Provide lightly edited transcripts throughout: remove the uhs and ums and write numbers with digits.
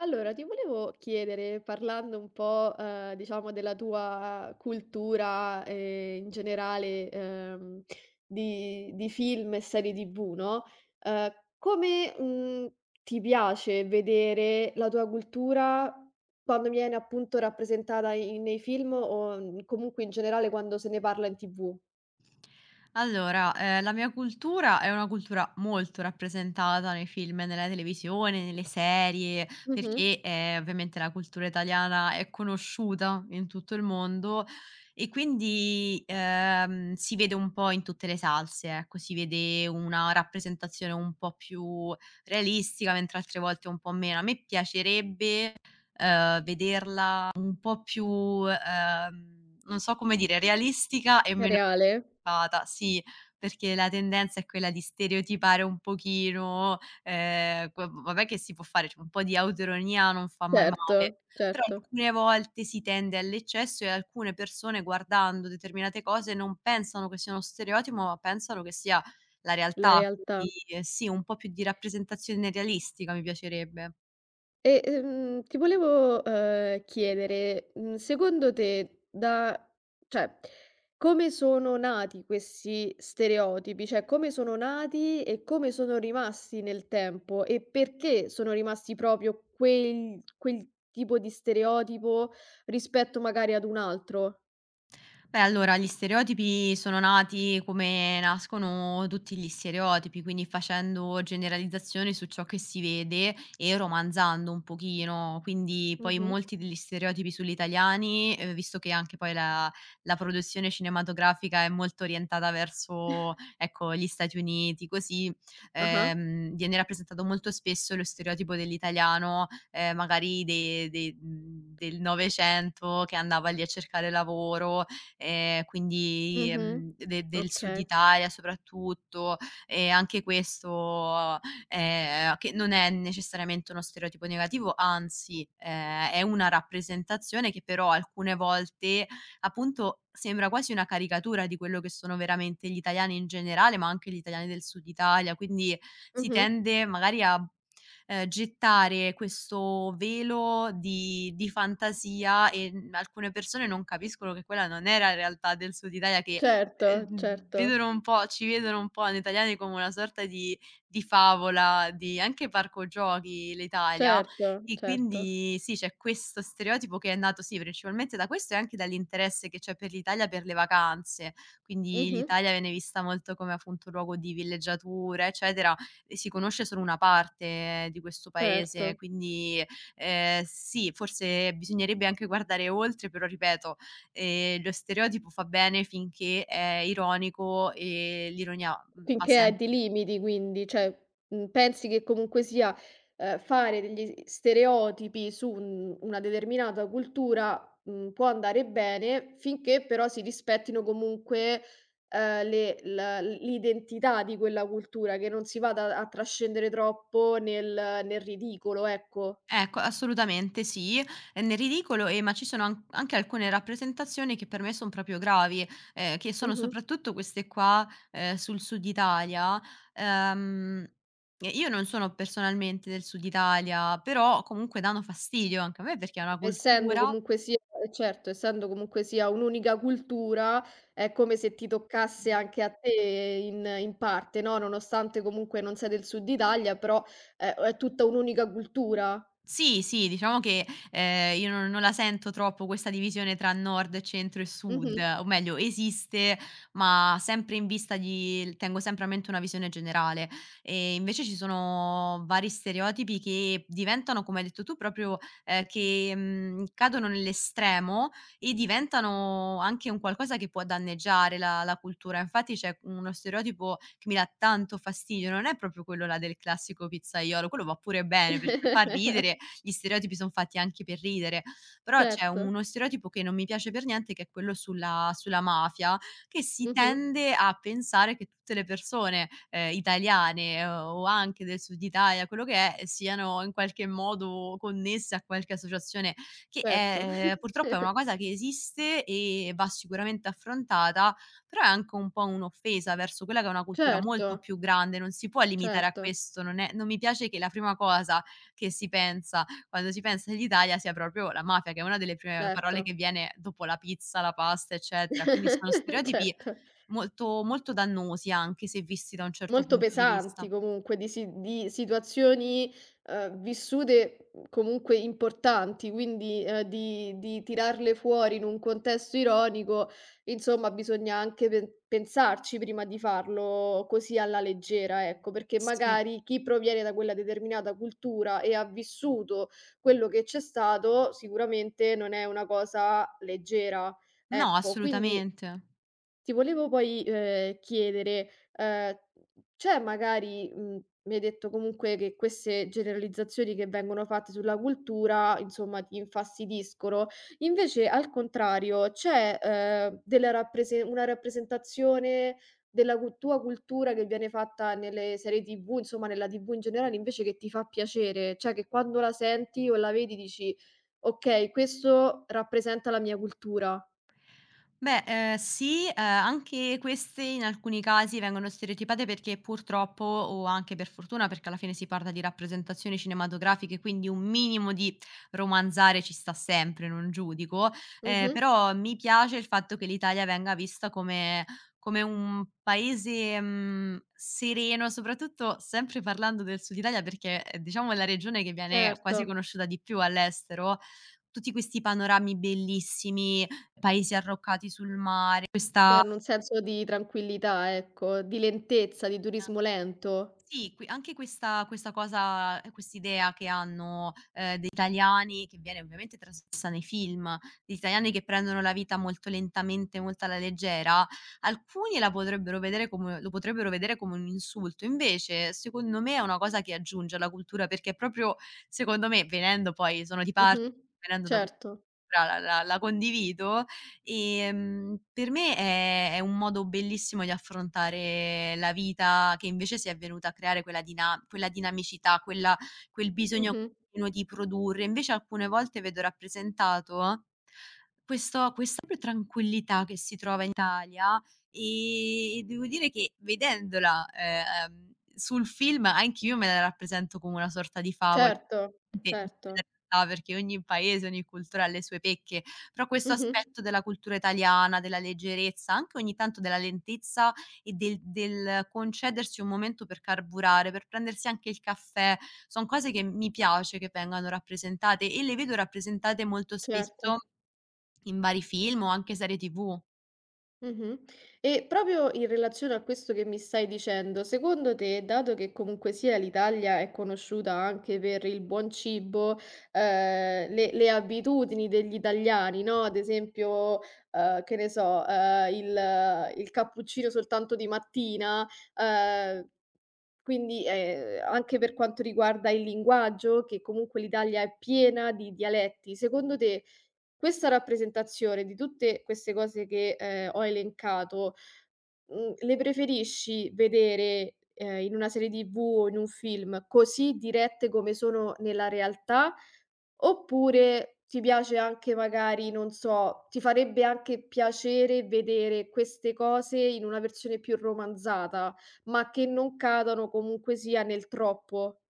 Allora, ti volevo chiedere, parlando un po', diciamo della tua cultura, in generale, di film e serie TV, no, ehm, come, ti piace vedere la tua cultura quando viene appunto rappresentata i nei film o, comunque in generale quando se ne parla in TV? Allora, la mia cultura è una cultura molto rappresentata nei film, nella televisione, nelle serie, Mh-mh. perché, ovviamente la cultura italiana è conosciuta in tutto il mondo e quindi, si vede un po' in tutte le salse, ecco, si vede una rappresentazione un po' più realistica, mentre altre volte un po' meno. A me piacerebbe, vederla un po' più, non so come dire, realistica e È meno reale? Fata, sì, perché la tendenza è quella di stereotipare un pochino, qua vabbè che si può fare, cioè un po' di autoironia non fa mai male, Certo, però certo, alcune volte si tende all'eccesso e alcune persone guardando determinate cose non pensano che sia uno stereotipo, ma pensano che sia la la realtà, realtà. quindi sì, un po' più di rappresentazione realistica mi piacerebbe. E, ti volevo, chiedere, secondo te da cioè, come sono nati questi stereotipi? Cioè, come sono nati e come sono rimasti nel tempo? E perché sono rimasti proprio quel tipo di stereotipo rispetto magari ad un altro? Beh, allora gli stereotipi sono nati come nascono tutti gli stereotipi, quindi facendo generalizzazioni su ciò che si vede e romanzando un pochino. Quindi poi Mh-mh. molti degli stereotipi sugli italiani, visto che anche poi la produzione cinematografica è molto orientata verso, ecco, gli Stati Uniti, così Ah-ah. Viene rappresentato molto spesso lo stereotipo dell'italiano magari del Novecento che andava lì a cercare lavoro quindi, Mh-mh. De del Sud Okay. Italia soprattutto, e anche questo, che non è necessariamente uno stereotipo negativo, anzi, è una rappresentazione che però alcune volte, appunto, sembra quasi una caricatura di quello che sono veramente gli italiani in generale, ma anche gli italiani del Sud Italia, quindi si Mh-mh. tende magari a gettare questo velo di fantasia e, alcune persone non capiscono che quella non era la realtà del Sud Italia che, Certo, certo. vedono un po' ci vedono un po' noi italiani come una sorta di favola, di anche parco giochi l'Italia Certo, e certo. quindi sì, c'è questo stereotipo che è nato sì, principalmente da questo e anche dall'interesse che c'è per l'Italia per le vacanze. Quindi Mh-mh. l'Italia viene vista molto come appunto luogo di villeggiatura, eccetera, si conosce solo una parte di questo Certo. paese, quindi, sì, forse bisognerebbe anche guardare oltre, però ripeto, lo stereotipo fa bene finché è ironico e l'ironia, va Finché sempre ti bene. limiti quindi, cioè, pensi che comunque sia, fare degli stereotipi su un una determinata cultura, può andare bene finché però si rispettino comunque, le la l'identità di quella cultura, che non si vada a trascendere troppo nel ridicolo, ecco. Ecco, assolutamente sì, è nel ridicolo, ma ci sono an anche alcune rappresentazioni che per me son proprio gravi, che sono Mh-mh. soprattutto queste qua, sul Sud Italia. Ehm, e io non sono personalmente del Sud Italia, però comunque danno fastidio anche a me perché è una Essendo cultura. comunque sia certo, essendo comunque sia un'unica cultura, è come se ti toccasse anche a te in parte, no, nonostante comunque non sei del Sud Italia, però è tutta un'unica cultura. Sì, sì, diciamo che, io non la sento troppo questa divisione tra nord, centro e sud, Mh-mh. o meglio esiste, ma sempre in vista di tengo sempre a mente una visione generale. E invece ci sono vari stereotipi che diventano, come hai detto tu, proprio, che, cadono nell'estremo e diventano anche un qualcosa che può danneggiare la cultura. Infatti c'è uno stereotipo che mi dà tanto fastidio, non è proprio quello là del classico pizzaiolo, quello va pure bene perché fa ridere gli stereotipi son fatti anche per ridere, però c'è Certo. uno stereotipo che non mi piace per niente, che è quello sulla mafia, che si Mh-mh. tende a pensare che tutte le persone, italiane o anche del Sud Italia, quello che è, siano in qualche modo connesse a qualche associazione, che Certo. è purtroppo è una cosa che esiste e va sicuramente affrontata, però è anche un po' un'offesa verso quella che è una cultura Certo, molto più grande, non si può limitare a certo, questo, non è non mi piace che la prima cosa che si pensa quando si pensa all'Italia sia proprio la mafia, che è una delle prime parole che certo. viene dopo la pizza, la pasta, eccetera. Quindi sono stereotipi Certo. molto molto dannosi anche se visti da un certo Molto punto di pesanti vista. comunque, di situazioni, vissute, comunque importanti, quindi, di tirarle fuori in un contesto ironico, insomma bisogna anche pensarci prima di farlo così alla leggera, ecco, perché Sì. magari chi proviene da quella determinata cultura e ha vissuto quello che c'è stato, sicuramente non è una cosa leggera. No, Ecco, quindi assolutamente. ti volevo poi, chiedere, c'è magari mi hai detto comunque che queste generalizzazioni che vengono fatte sulla cultura, insomma, ti infastidiscono. Invece al contrario, c'è, della rapprese una rappresentazione della cu tua cultura che viene fatta nelle serie TV, insomma nella TV in generale, invece che ti fa piacere? Cioè che quando la senti o la vedi dici: "Okay, questo rappresenta la mia cultura." Beh, sì, anche queste in alcuni casi vengono stereotipate perché purtroppo, o anche per fortuna, perché alla fine si parla di rappresentazioni cinematografiche, quindi un minimo di romanzare ci sta sempre, non giudico, Mh-mh, però mi piace il fatto che l'Italia venga vista come un paese, sereno, soprattutto sempre parlando del Sud Italia perché, diciamo è la regione che viene certo. quasi conosciuta di più all'estero. Tutti questi panorami bellissimi, Paesi arroccati sul mare, questa Danno un senso di tranquillità, ecco, di lentezza, di turismo lento. sì, qui anche questa cosa quest'idea che hanno, degli italiani, che viene ovviamente trasmessa nei film, degli italiani che prendono la vita molto lentamente, molto alla leggera, alcuni la potrebbero vedere come lo potrebbero vedere come un insulto. Invece, secondo me, è una cosa che aggiunge alla cultura, perché proprio secondo me, venendo poi sono di parte, Mh-mh. venendo da quella Certo. cultura la condivido, per me è un modo bellissimo di affrontare la vita che invece si è venuta a creare quella dinamicità, quel bisogno Mh-mh. continuo di produrre. Invece alcune volte vedo rappresentato questo questa proprio tranquillità che si trova in Italia, e devo dire che vedendola, sul film anch'io me la rappresento come una sorta di favola Certo, Ovviamente non è certo. la realtà, perché ogni paese, ogni cultura ha le sue pecche. Però questo Mh-mh. aspetto della cultura italiana, della leggerezza, anche ogni tanto della lentezza e del concedersi un momento per carburare, per prendersi anche il caffè, son cose che mi piace che vengano rappresentate e le vedo rappresentate molto spesso Certo. in vari film o anche serie TV. Mh-mh. E proprio in relazione a questo che mi stai dicendo, secondo te, dato che comunque sia l'Italia è conosciuta anche per il buon cibo, le abitudini degli italiani, no, ad esempio, che ne so, il cappuccino soltanto di mattina, ehm. Quindi, anche per quanto riguarda il linguaggio, che comunque l'Italia è piena di dialetti, secondo te questa rappresentazione di tutte queste cose che, ho elencato, le preferisci vedere, in una serie TV o in un film così dirette come sono nella realtà. Oppure ti piace anche magari, non so, ti farebbe anche piacere vedere queste cose in una versione più romanzata, ma che non cadano comunque sia nel troppo.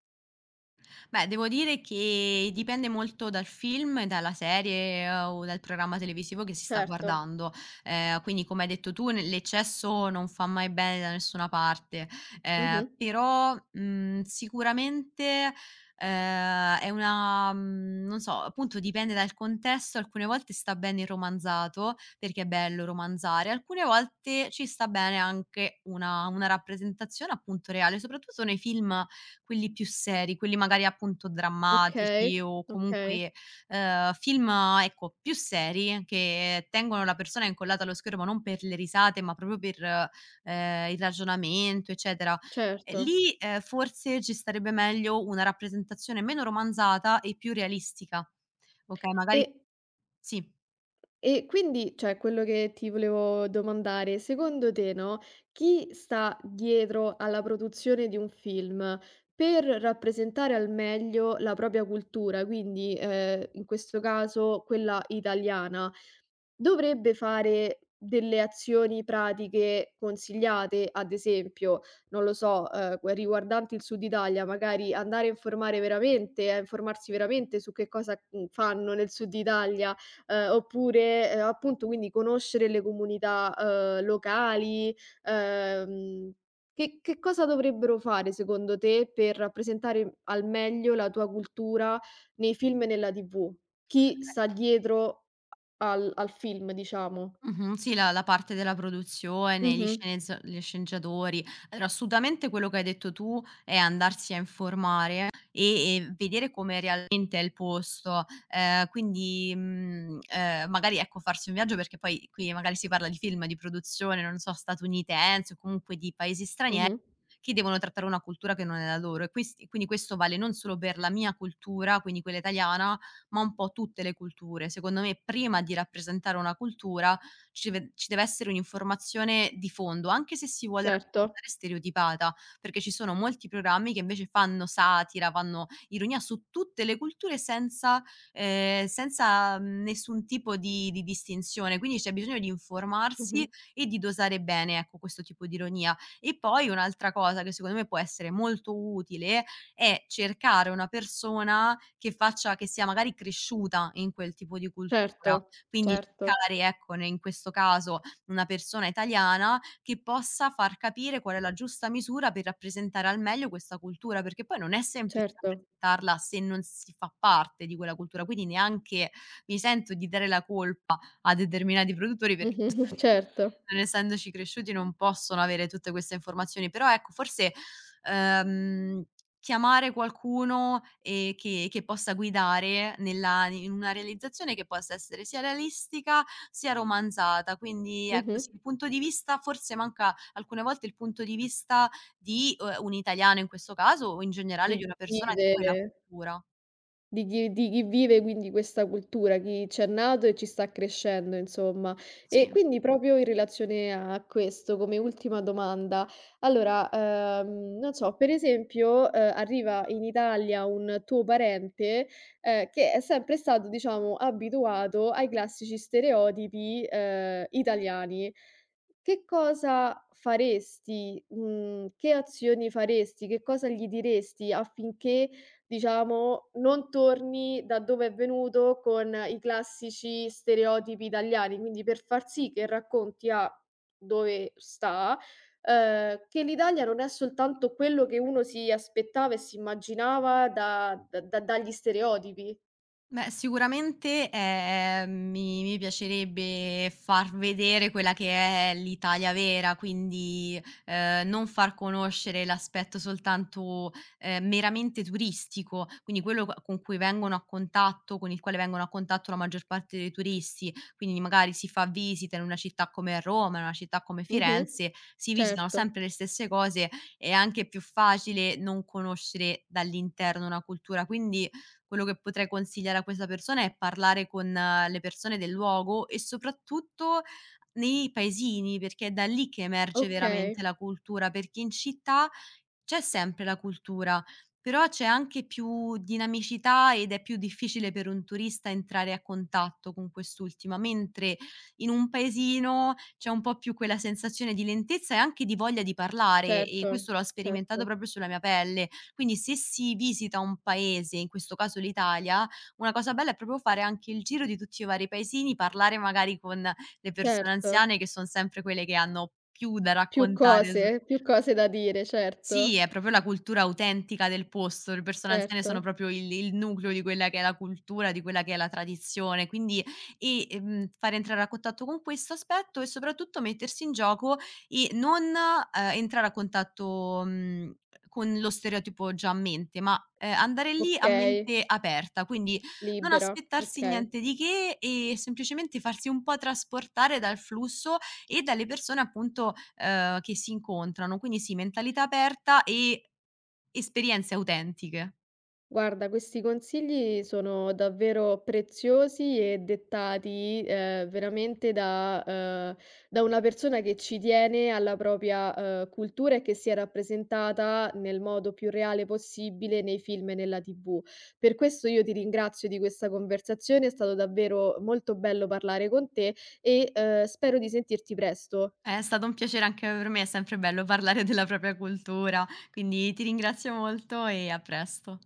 Beh, devo dire che dipende molto dal film, dalla serie o dal programma televisivo che si sta Certo. guardando. Quindi come hai detto tu, ne l'eccesso non fa mai bene da nessuna parte, Mh-mh. però, sicuramente, è una non so, appunto dipende dal contesto, alcune volte sta bene il romanzato, perché è bello romanzare, alcune volte ci sta bene anche una rappresentazione appunto reale, soprattutto nei film quelli più seri, quelli magari appunto drammatici Okay, o okay, comunque, film ecco, più seri che tengono la persona incollata allo schermo non per le risate, ma proprio per, il ragionamento, eccetera. E certo. lì, forse ci starebbe meglio una rappresentazione meno romanzata e più realistica. Okay, magari E sì. E quindi, cioè quello che ti volevo domandare, secondo te, no, chi sta dietro alla produzione di un film per rappresentare al meglio la propria cultura, quindi, in questo caso quella italiana? Dovrebbe fare delle azioni pratiche consigliate, ad esempio, non lo so, que riguardanti il Sud Italia, magari andare a informare veramente a informarsi veramente su che cosa, fanno nel Sud Italia, oppure, appunto quindi conoscere le comunità, locali. Ehm, che cosa dovrebbero fare secondo te per rappresentare al meglio la tua cultura nei film e nella TV? Chi sta dietro al film diciamo. Mh-mh, sì, la parte della produzione, Mh-mh, gli sceneggiatori. Allora, assolutamente quello che hai detto tu è andarsi a informare e vedere com'è realmente è il posto. Quindi, magari, ecco, farsi un viaggio perché poi qui magari si parla di film di produzione, non so, statunitense o comunque di paesi stranieri mh-mh, che devono trattare una cultura che non è la loro e quest quindi questo vale non solo per la mia cultura, quindi quella italiana, ma un po' tutte le culture. Secondo me prima di rappresentare una cultura ci deve essere un'informazione di fondo, anche se si vuole certo, raccontare stereotipata, perché ci sono molti programmi che invece fanno satira, fanno ironia su tutte le culture senza senza nessun tipo di distinzione. Quindi c'è bisogno di mh-mh, informarsi e di dosare bene, ecco, questo tipo di ironia. E poi un'altra cosa che secondo me può essere molto utile è cercare una persona che faccia che sia magari cresciuta in quel tipo di cultura. certo, Quindi certo, cercare, ecco, ne in questo caso una persona italiana che possa far capire qual è la giusta misura per rappresentare al meglio questa cultura, perché poi non è semplice certo, rappresentarla se non si fa parte di quella cultura, quindi neanche mi sento di dare la colpa a determinati produttori perché mh-mh, giustamente certo, non essendoci cresciuti non possono avere tutte queste informazioni. Però ecco, forse, ehm Chiamare qualcuno, che possa guidare nella in una realizzazione che possa essere sia realistica, sia romanzata. Quindi ecco, mh-mh, sì, il punto di vista forse manca alcune volte il punto di vista di, un italiano in questo caso o in generale di di una persona di guide. quella cultura. Di chi vive quindi questa cultura, chi c'è nato e ci sta crescendo insomma. Sì. E quindi proprio in relazione a questo, come ultima domanda, allora, non so, per esempio, arriva in Italia un tuo parente, che è sempre stato diciamo abituato ai classici stereotipi, italiani. Che cosa faresti, che azioni faresti, che cosa gli diresti affinché, diciamo, non torni da dove è venuto con i classici stereotipi italiani, quindi per far sì che racconti a dove sta, che l'Italia non è soltanto quello che uno si aspettava e si immaginava da dagli stereotipi. Beh, sicuramente, mi piacerebbe far vedere quella che è l'Italia vera, quindi, non far conoscere l'aspetto soltanto, meramente turistico, quindi quello co con il quale vengono a contatto la maggior parte dei turisti. Quindi magari si fa visita in una città come Roma, in una città come Mh-mh. Firenze, si visitano Certo. sempre le stesse cose, è anche più facile non conoscere dall'interno una cultura. Quindi quello che potrei consigliare a questa persona è parlare con le persone del luogo e soprattutto nei paesini, perché è da lì che emerge Okay. veramente la cultura, perché in città c'è sempre la cultura, però c'è anche più dinamicità ed è più difficile per un turista entrare a contatto con quest'ultima, mentre in un paesino c'è un po' più quella sensazione di lentezza e anche di voglia di parlare e Certo, questo l'ho certo, sperimentato proprio sulla mia pelle. Quindi se si visita un paese, in questo caso l'Italia, una cosa bella è proprio fare anche il giro di tutti i vari paesini, parlare magari con le persone certo. anziane che son sempre quelle che hanno più da raccontare su Più cose da dire, sì, certo, è proprio la cultura autentica del posto. Le persone anziane certo. sono proprio il nucleo di quella che è la cultura, di quella che è la tradizione, quindi fare entrare a contatto con questo aspetto e soprattutto mettersi in gioco e non, entrare a contatto, con lo stereotipo già a mente, ma, andare lì a Okay, mente aperta, quindi non libera, aspettarsi okay. niente di che e semplicemente farsi un po' trasportare dal flusso e dalle persone appunto, che si incontrano. Quindi sì, mentalità aperta e esperienze autentiche. Guarda, questi consigli sono davvero preziosi e dettati, veramente da da una persona che ci tiene alla propria, cultura e che sia rappresentata nel modo più reale possibile nei film e nella TV. Per questo io ti ringrazio di questa conversazione, è stato davvero molto bello parlare con te e, spero di sentirti presto. È stato un piacere anche per me, è sempre bello parlare della propria cultura, quindi ti ringrazio molto e a presto.